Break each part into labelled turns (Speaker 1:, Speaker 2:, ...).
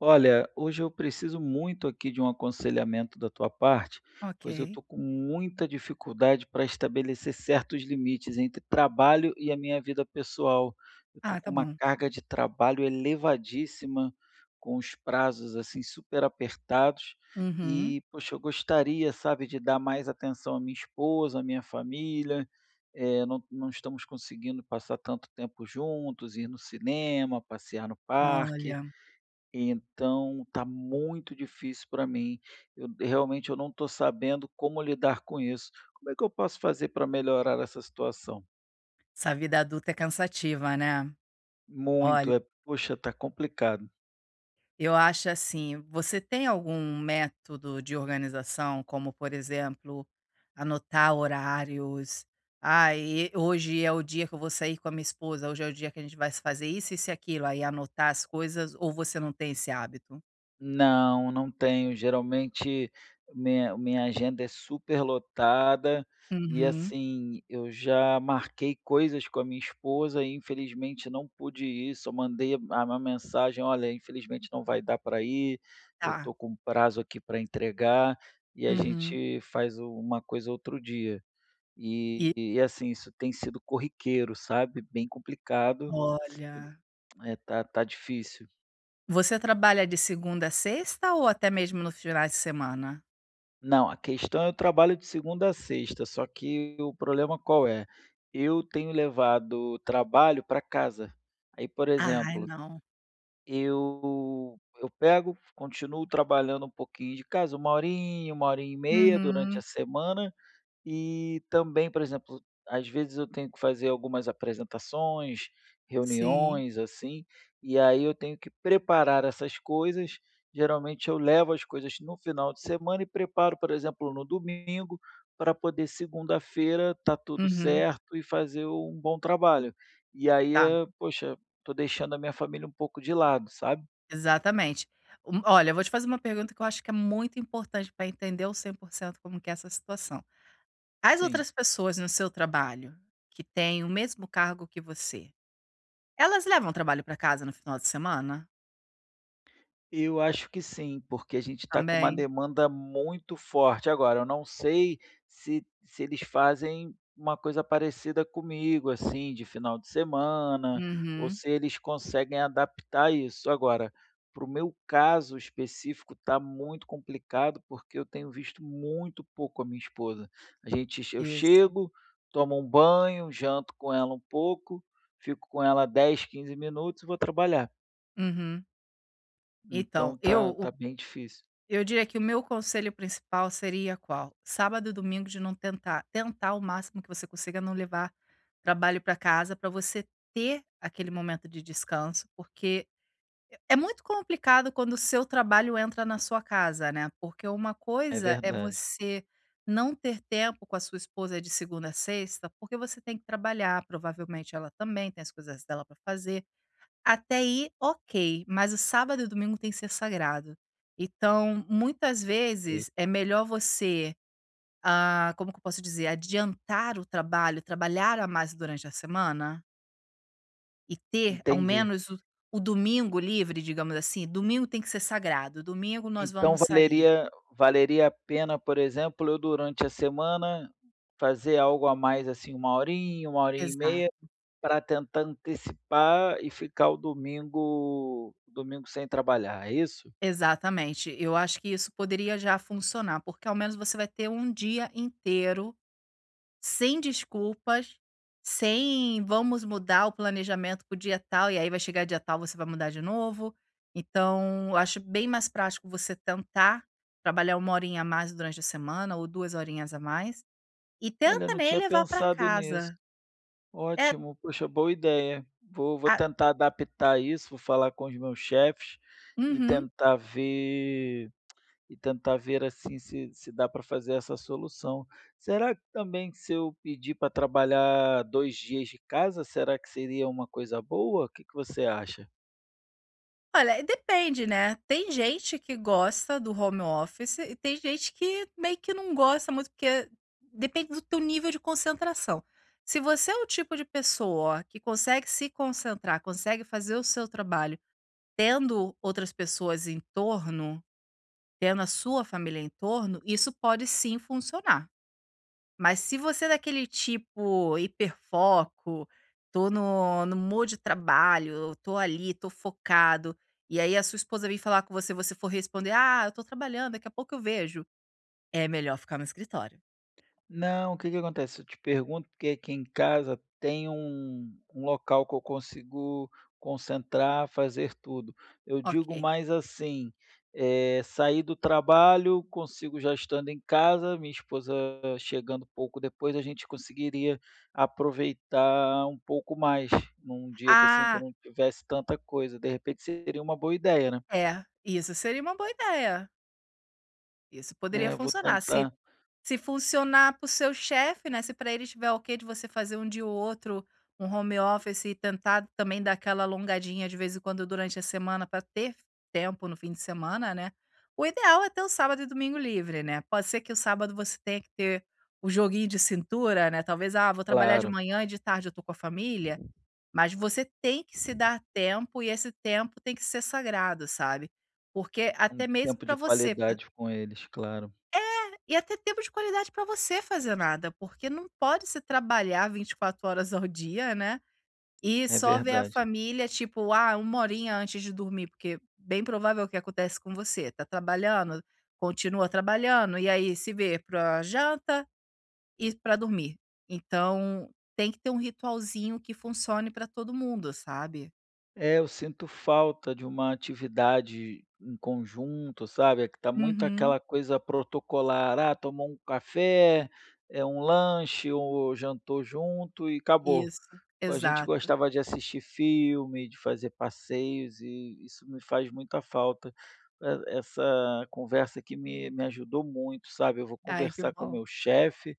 Speaker 1: Olha, hoje eu preciso muito aqui de um aconselhamento da tua parte, pois eu
Speaker 2: Ok.
Speaker 1: estou com muita dificuldade para estabelecer certos limites entre trabalho e a minha vida pessoal. Eu estou
Speaker 2: Ah, tá
Speaker 1: com uma
Speaker 2: bom.
Speaker 1: carga de trabalho elevadíssima, com os prazos assim super apertados.
Speaker 2: Uhum.
Speaker 1: E, poxa, eu gostaria, sabe, de dar mais atenção à minha esposa, à minha família. Não, não estamos conseguindo passar tanto tempo juntos, ir no cinema, passear no parque,
Speaker 2: Olha,
Speaker 1: então tá muito difícil para mim. Eu realmente eu não estou sabendo como lidar com isso. Como é que eu posso fazer para melhorar essa situação?
Speaker 2: essa vida adulta é cansativa, né? Olha,
Speaker 1: Muito, é, poxa, tá complicado.
Speaker 2: eu acho assim, você tem algum método de organização, como, por exemplo, anotar horários? Ah, e hoje é o dia que eu vou sair com a minha esposa, hoje é o dia que a gente vai fazer isso, isso e aquilo, aí anotar as coisas, ou você não tem esse hábito?
Speaker 1: Não, não tenho. Geralmente, minha agenda é superlotada e,
Speaker 2: Uhum.
Speaker 1: assim, eu já marquei coisas com a minha esposa e, infelizmente, não pude ir. Só mandei a uma mensagem: "Olha, infelizmente não vai dar para ir, eu
Speaker 2: Tá.
Speaker 1: estou com um prazo aqui para entregar", e a
Speaker 2: Uhum.
Speaker 1: gente uma coisa outro dia.
Speaker 2: E
Speaker 1: E, assim, isso tem sido corriqueiro, sabe, bem complicado.
Speaker 2: olha,
Speaker 1: É, tá difícil.
Speaker 2: você trabalha de segunda a sexta ou até mesmo no final de semana?
Speaker 1: Não, a questão é o trabalho de segunda a sexta, só que o problema qual é? Eu tenho levado trabalho para casa. Aí, por
Speaker 2: Ai,
Speaker 1: exemplo,
Speaker 2: não.
Speaker 1: eu pego, continuo trabalhando um pouquinho de casa, 1 horinha, uma horinha e meia durante a
Speaker 2: Uhum.
Speaker 1: semana, e também, por exemplo, às vezes eu tenho que fazer algumas apresentações,
Speaker 2: Sim.
Speaker 1: reuniões, assim, e aí eu tenho que preparar essas coisas. Geralmente eu levo as coisas no final de semana e preparo, por exemplo, no domingo, para poder segunda-feira tá tudo
Speaker 2: Uhum.
Speaker 1: certo e fazer um bom trabalho. E aí,
Speaker 2: Tá,
Speaker 1: poxa, tô deixando a minha família um pouco de lado, sabe?
Speaker 2: exatamente. Olha, eu vou te fazer uma pergunta que eu acho que é muito importante para entender o 100% como que é essa situação. As
Speaker 1: Sim.
Speaker 2: outras pessoas no seu trabalho, que têm o mesmo cargo que você, elas levam o trabalho para casa no final de semana?
Speaker 1: Eu acho que sim, porque a gente está com uma
Speaker 2: Também?
Speaker 1: demanda muito forte. Agora, eu não sei se eles fazem uma coisa parecida comigo, assim, de final de semana, ou
Speaker 2: Uhum.
Speaker 1: se eles conseguem adaptar isso. Agora, para o meu caso específico, está muito complicado, porque eu tenho visto muito pouco a minha esposa. A gente, eu
Speaker 2: Isso.
Speaker 1: chego, tomo um banho, janto com ela um pouco, fico com ela 10, 15 minutos e vou trabalhar.
Speaker 2: Uhum. Então,
Speaker 1: Então, tá, tá bem difícil.
Speaker 2: eu diria que o meu conselho principal seria qual? Sábado e domingo de não tentar o máximo que você consiga não levar trabalho para casa para você ter aquele momento de descanso, porque é muito complicado quando o seu trabalho entra na sua casa, né? Porque uma
Speaker 1: É
Speaker 2: coisa é
Speaker 1: verdade.
Speaker 2: você não ter tempo com a sua esposa de segunda a sexta, porque você tem que trabalhar, provavelmente ela também tem as coisas dela para fazer. Até aí, ok, mas o sábado e o domingo tem que ser sagrado. Então, muitas
Speaker 1: E
Speaker 2: vezes é melhor você, ah, como que eu posso dizer, adiantar o trabalho, trabalhar a mais durante a semana e ter ao
Speaker 1: entendi.
Speaker 2: menos o domingo livre, digamos assim, domingo tem que ser sagrado, domingo nós
Speaker 1: Então
Speaker 2: vamos sair.
Speaker 1: valeria a pena, por exemplo, eu durante a semana fazer algo a mais, assim, uma horinha e meia,
Speaker 2: Exato,
Speaker 1: para tentar antecipar e ficar o domingo sem trabalhar, é isso?
Speaker 2: exatamente. Eu acho que isso poderia já funcionar, porque ao menos você vai ter um dia inteiro sem desculpas, sem vamos mudar o planejamento para o dia tal, e aí vai chegar dia tal, você vai mudar de novo. Então, eu acho bem mais prático você tentar trabalhar 1 horinha a mais durante a semana ou 2 horinhas a mais, e
Speaker 1: Olha, eu
Speaker 2: tenta
Speaker 1: não
Speaker 2: nem
Speaker 1: tinha
Speaker 2: levar para
Speaker 1: pensado nisso.
Speaker 2: casa. É.
Speaker 1: Ótimo, poxa, boa ideia. Vou tentar adaptar isso, vou falar com os meus chefes e
Speaker 2: Uhum.
Speaker 1: tentar ver assim, se dá para fazer essa solução. Será que também se eu pedir para trabalhar 2 dias de casa, será que seria uma coisa boa? O que que você acha?
Speaker 2: Olha, e depende, né. Tem gente que gosta do home office e tem gente que meio que não gosta muito, porque depende do teu nível de concentração. Se você é o tipo de pessoa que consegue se concentrar, consegue fazer o seu trabalho tendo outras pessoas em torno, tendo a sua família em torno, isso pode sim funcionar. Mas se você é daquele tipo hiperfoco, tô no mood de trabalho, tô ali, tô focado, e aí a sua esposa vem falar com você, você for responder: "Ah, eu tô trabalhando, daqui a pouco eu vejo", é melhor ficar no escritório.
Speaker 1: Não, o que que acontece? Eu te pergunto porque aqui em casa tem um local que eu consigo concentrar, fazer tudo. Eu digo
Speaker 2: Ok.
Speaker 1: mais assim, saí do trabalho, consigo já estando em casa, minha esposa chegando pouco depois, a gente conseguiria aproveitar um pouco mais, num dia que, assim, que eu
Speaker 2: Ah,
Speaker 1: não tivesse tanta coisa. De repente seria uma boa ideia, né.
Speaker 2: é, isso seria uma boa ideia. Isso poderia
Speaker 1: É, eu vou
Speaker 2: funcionar.
Speaker 1: tentar.
Speaker 2: Se funcionar para o seu chefe, né, se para ele estiver ok de você fazer um dia ou outro, um home office e tentar também dar aquela alongadinha de vez em quando durante a semana para ter tempo no fim de semana, né. O ideal é ter o sábado e domingo livre, né. Pode ser que o sábado você tenha que ter o joguinho de cintura, né, talvez: "Ah, vou trabalhar de
Speaker 1: Claro,
Speaker 2: manhã e de tarde eu estou com a família", mas você tem que se dar tempo e esse tempo tem que ser sagrado, sabe. Porque
Speaker 1: um
Speaker 2: até mesmo
Speaker 1: tempo
Speaker 2: para
Speaker 1: de
Speaker 2: você
Speaker 1: qualidade com eles, claro.
Speaker 2: e até tempo de qualidade para você fazer nada, porque não pode se trabalhar 24 horas ao dia, né, e
Speaker 1: É
Speaker 2: só ver a
Speaker 1: verdade.
Speaker 2: família, tipo, ah, 1 horinha antes de dormir, porque bem provável que acontece com você, tá trabalhando, continua trabalhando, e aí se vê pra janta e pra dormir. Então, tem que ter um ritualzinho que funcione pra todo mundo, sabe.
Speaker 1: É, eu sinto falta de uma atividade em conjunto, sabe, é que tá muito
Speaker 2: Uhum.
Speaker 1: aquela coisa protocolar, ah, tomou um café, é um lanche ou jantou junto e acabou.
Speaker 2: Isso,
Speaker 1: A gente
Speaker 2: exato.
Speaker 1: gostava de assistir filme, de fazer passeios e isso me faz muita falta. Essa conversa aqui me ajudou muito, sabe, eu vou
Speaker 2: Ai, que
Speaker 1: conversar com o
Speaker 2: bom.
Speaker 1: meu chefe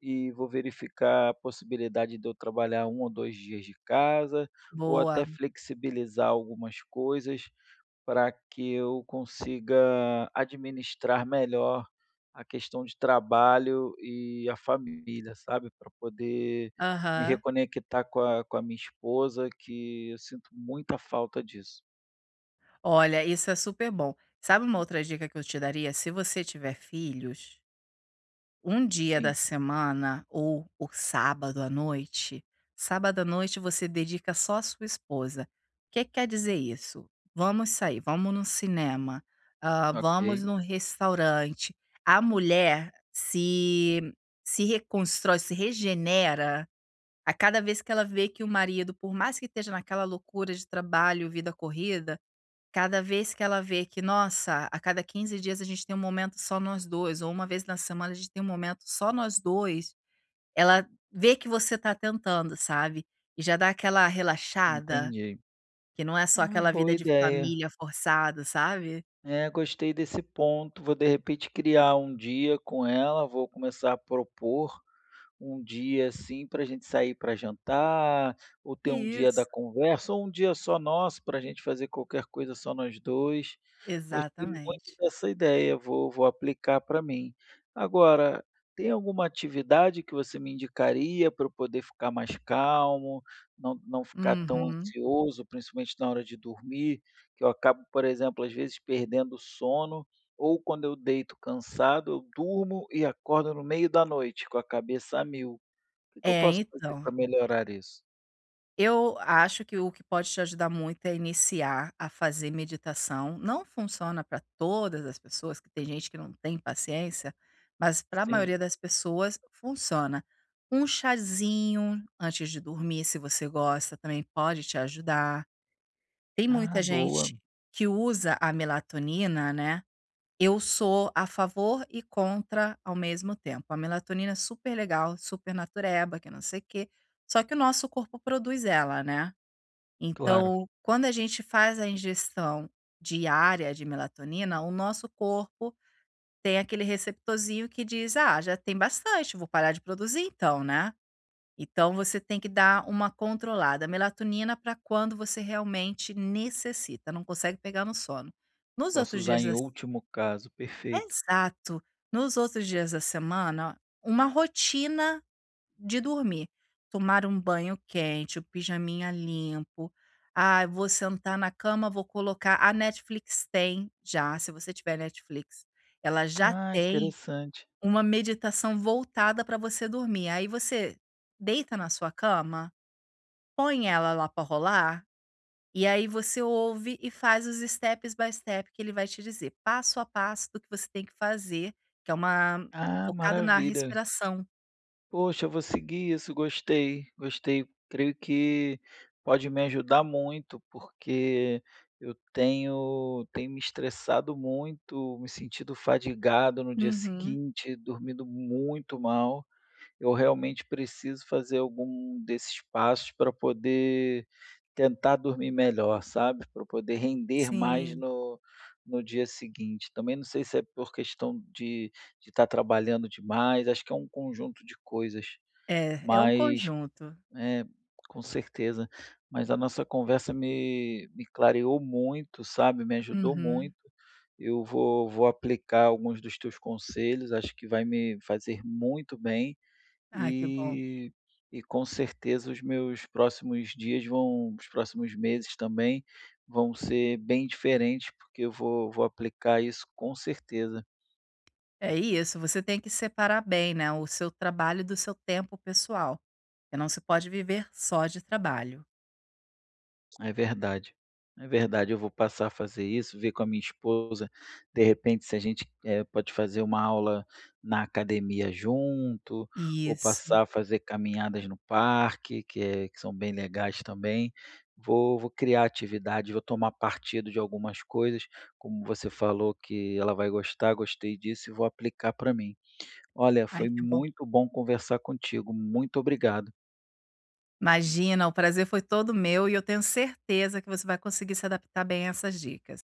Speaker 1: e vou verificar a possibilidade de eu trabalhar um ou 2 dias de casa, ou
Speaker 2: Boa.
Speaker 1: até flexibilizar algumas coisas para que eu consiga administrar melhor a questão de trabalho e a família, sabe, para poder me
Speaker 2: Aham.
Speaker 1: reconectar com a minha esposa, que eu sinto muita falta disso.
Speaker 2: Olha, isso é super bom. Sabe uma outra dica que eu te daria? Se você tiver filhos, um dia da
Speaker 1: Sim,
Speaker 2: semana ou o sábado à noite você dedica só à sua esposa. O que quer dizer isso? Vamos sair, vamos no cinema, ah,
Speaker 1: ok,
Speaker 2: vamos num restaurante. A mulher se reconstrói, se regenera a cada vez que ela vê que o marido, por mais que esteja naquela loucura de trabalho, vida corrida, cada vez que ela vê que, nossa, a cada 15 dias a gente tem um momento só nós dois ou uma vez na semana a gente tem um momento só nós dois, ela vê que você tá tentando, sabe, e já dá aquela relaxada,
Speaker 1: entendi.
Speaker 2: que não é só
Speaker 1: Ah,
Speaker 2: aquela
Speaker 1: boa
Speaker 2: vida de
Speaker 1: ideia.
Speaker 2: família forçada, sabe.
Speaker 1: É, gostei desse ponto. Vou de repente criar um dia com ela, vou começar a propor um dia assim para a gente sair para jantar, ou ter um dia da
Speaker 2: Isso,
Speaker 1: conversa, ou um dia só nosso para a gente fazer qualquer coisa só nós 2. Gostei muito
Speaker 2: exatamente.
Speaker 1: dessa ideia, vou aplicar para mim. Agora, tem alguma atividade que você me indicaria para eu poder ficar mais calmo, não ficar tão
Speaker 2: Uhum.
Speaker 1: ansioso, principalmente na hora de dormir, que eu acabo, por exemplo, às vezes perdendo o sono ou quando eu deito cansado, eu durmo e acordo no meio da noite com a cabeça a mil. O que que eu
Speaker 2: É,
Speaker 1: posso fazer
Speaker 2: então.
Speaker 1: para melhorar isso?
Speaker 2: Eu acho que o que pode te ajudar muito é iniciar a fazer meditação. Não funciona para todas as pessoas, que tem gente que não tem paciência, mas para a
Speaker 1: Sim.
Speaker 2: maioria das pessoas funciona. Um chazinho antes de dormir, se você gosta, também pode te ajudar. Tem
Speaker 1: Ah,
Speaker 2: muita
Speaker 1: boa.
Speaker 2: gente que usa a melatonina, né? Eu sou a favor e contra ao mesmo tempo. A melatonina é super legal, super natureba, que não sei o quê. Só que o nosso corpo produz ela, né?
Speaker 1: Claro,
Speaker 2: Então, quando a gente faz a ingestão diária de melatonina, o nosso corpo tem aquele receptorzinho que diz: "Ah, já tem bastante, vou parar de produzir então, né?". Então você tem que dar uma controlada. Melatonina para quando você realmente necessita, não consegue pegar no sono. Nos
Speaker 1: posso
Speaker 2: outros
Speaker 1: usar
Speaker 2: dias
Speaker 1: em
Speaker 2: da,
Speaker 1: último caso, perfeito.
Speaker 2: exato. Nos outros dias da semana, uma rotina de dormir. Tomar um banho quente, o pijaminha limpo. Ah, vou sentar na cama, vou colocar a Netflix tem já, se você tiver Netflix, ela já
Speaker 1: Ah,
Speaker 2: tem
Speaker 1: interessante.
Speaker 2: uma meditação voltada para você dormir. Aí você deita na sua cama, põe ela lá para rolar, e aí você ouve e faz os steps by step que ele vai te dizer, passo a passo do que você tem que fazer, que é uma
Speaker 1: Ah,
Speaker 2: focado na
Speaker 1: maravilha.
Speaker 2: respiração.
Speaker 1: Poxa, eu vou seguir isso, gostei, gostei. Creio que pode me ajudar muito, porque eu tenho, tenho me estressado muito, me sentido fadigado no dia
Speaker 2: Uhum,
Speaker 1: seguinte, dormindo muito mal. Eu realmente preciso fazer algum desses passos para poder tentar dormir melhor, sabe? Para poder render mais
Speaker 2: sim.
Speaker 1: no, no dia seguinte. Também não sei se é por questão de estar trabalhando demais, acho que é um conjunto de coisas,
Speaker 2: É, é um
Speaker 1: mas
Speaker 2: conjunto.
Speaker 1: é, com certeza. Mas a nossa conversa me, me clareou muito, sabe? Me ajudou
Speaker 2: Uhum.
Speaker 1: muito. Eu vou aplicar alguns dos teus conselhos, acho que vai me fazer muito bem
Speaker 2: Ah, que bom.
Speaker 1: e e com certeza os meus próximos dias vão os próximos meses também vão ser bem diferentes, porque eu vou aplicar isso com certeza.
Speaker 2: É isso, você tem que separar bem, né, o seu trabalho do seu tempo pessoal, porque não se pode viver só de trabalho.
Speaker 1: É verdade. É verdade, eu vou passar a fazer isso, ver com a minha esposa, de repente, se a gente, pode fazer uma aula na academia junto, ou
Speaker 2: Isso.
Speaker 1: passar a fazer caminhadas no parque, que são bem legais também. Vou criar atividade, vou tomar partido de algumas coisas, como você falou que ela vai gostar, gostei disso e vou aplicar para mim. Olha,
Speaker 2: Ai,
Speaker 1: foi
Speaker 2: que bom.
Speaker 1: muito bom conversar contigo, muito obrigado.
Speaker 2: Imagina, o prazer foi todo meu e eu tenho certeza que você vai conseguir se adaptar bem a essas dicas.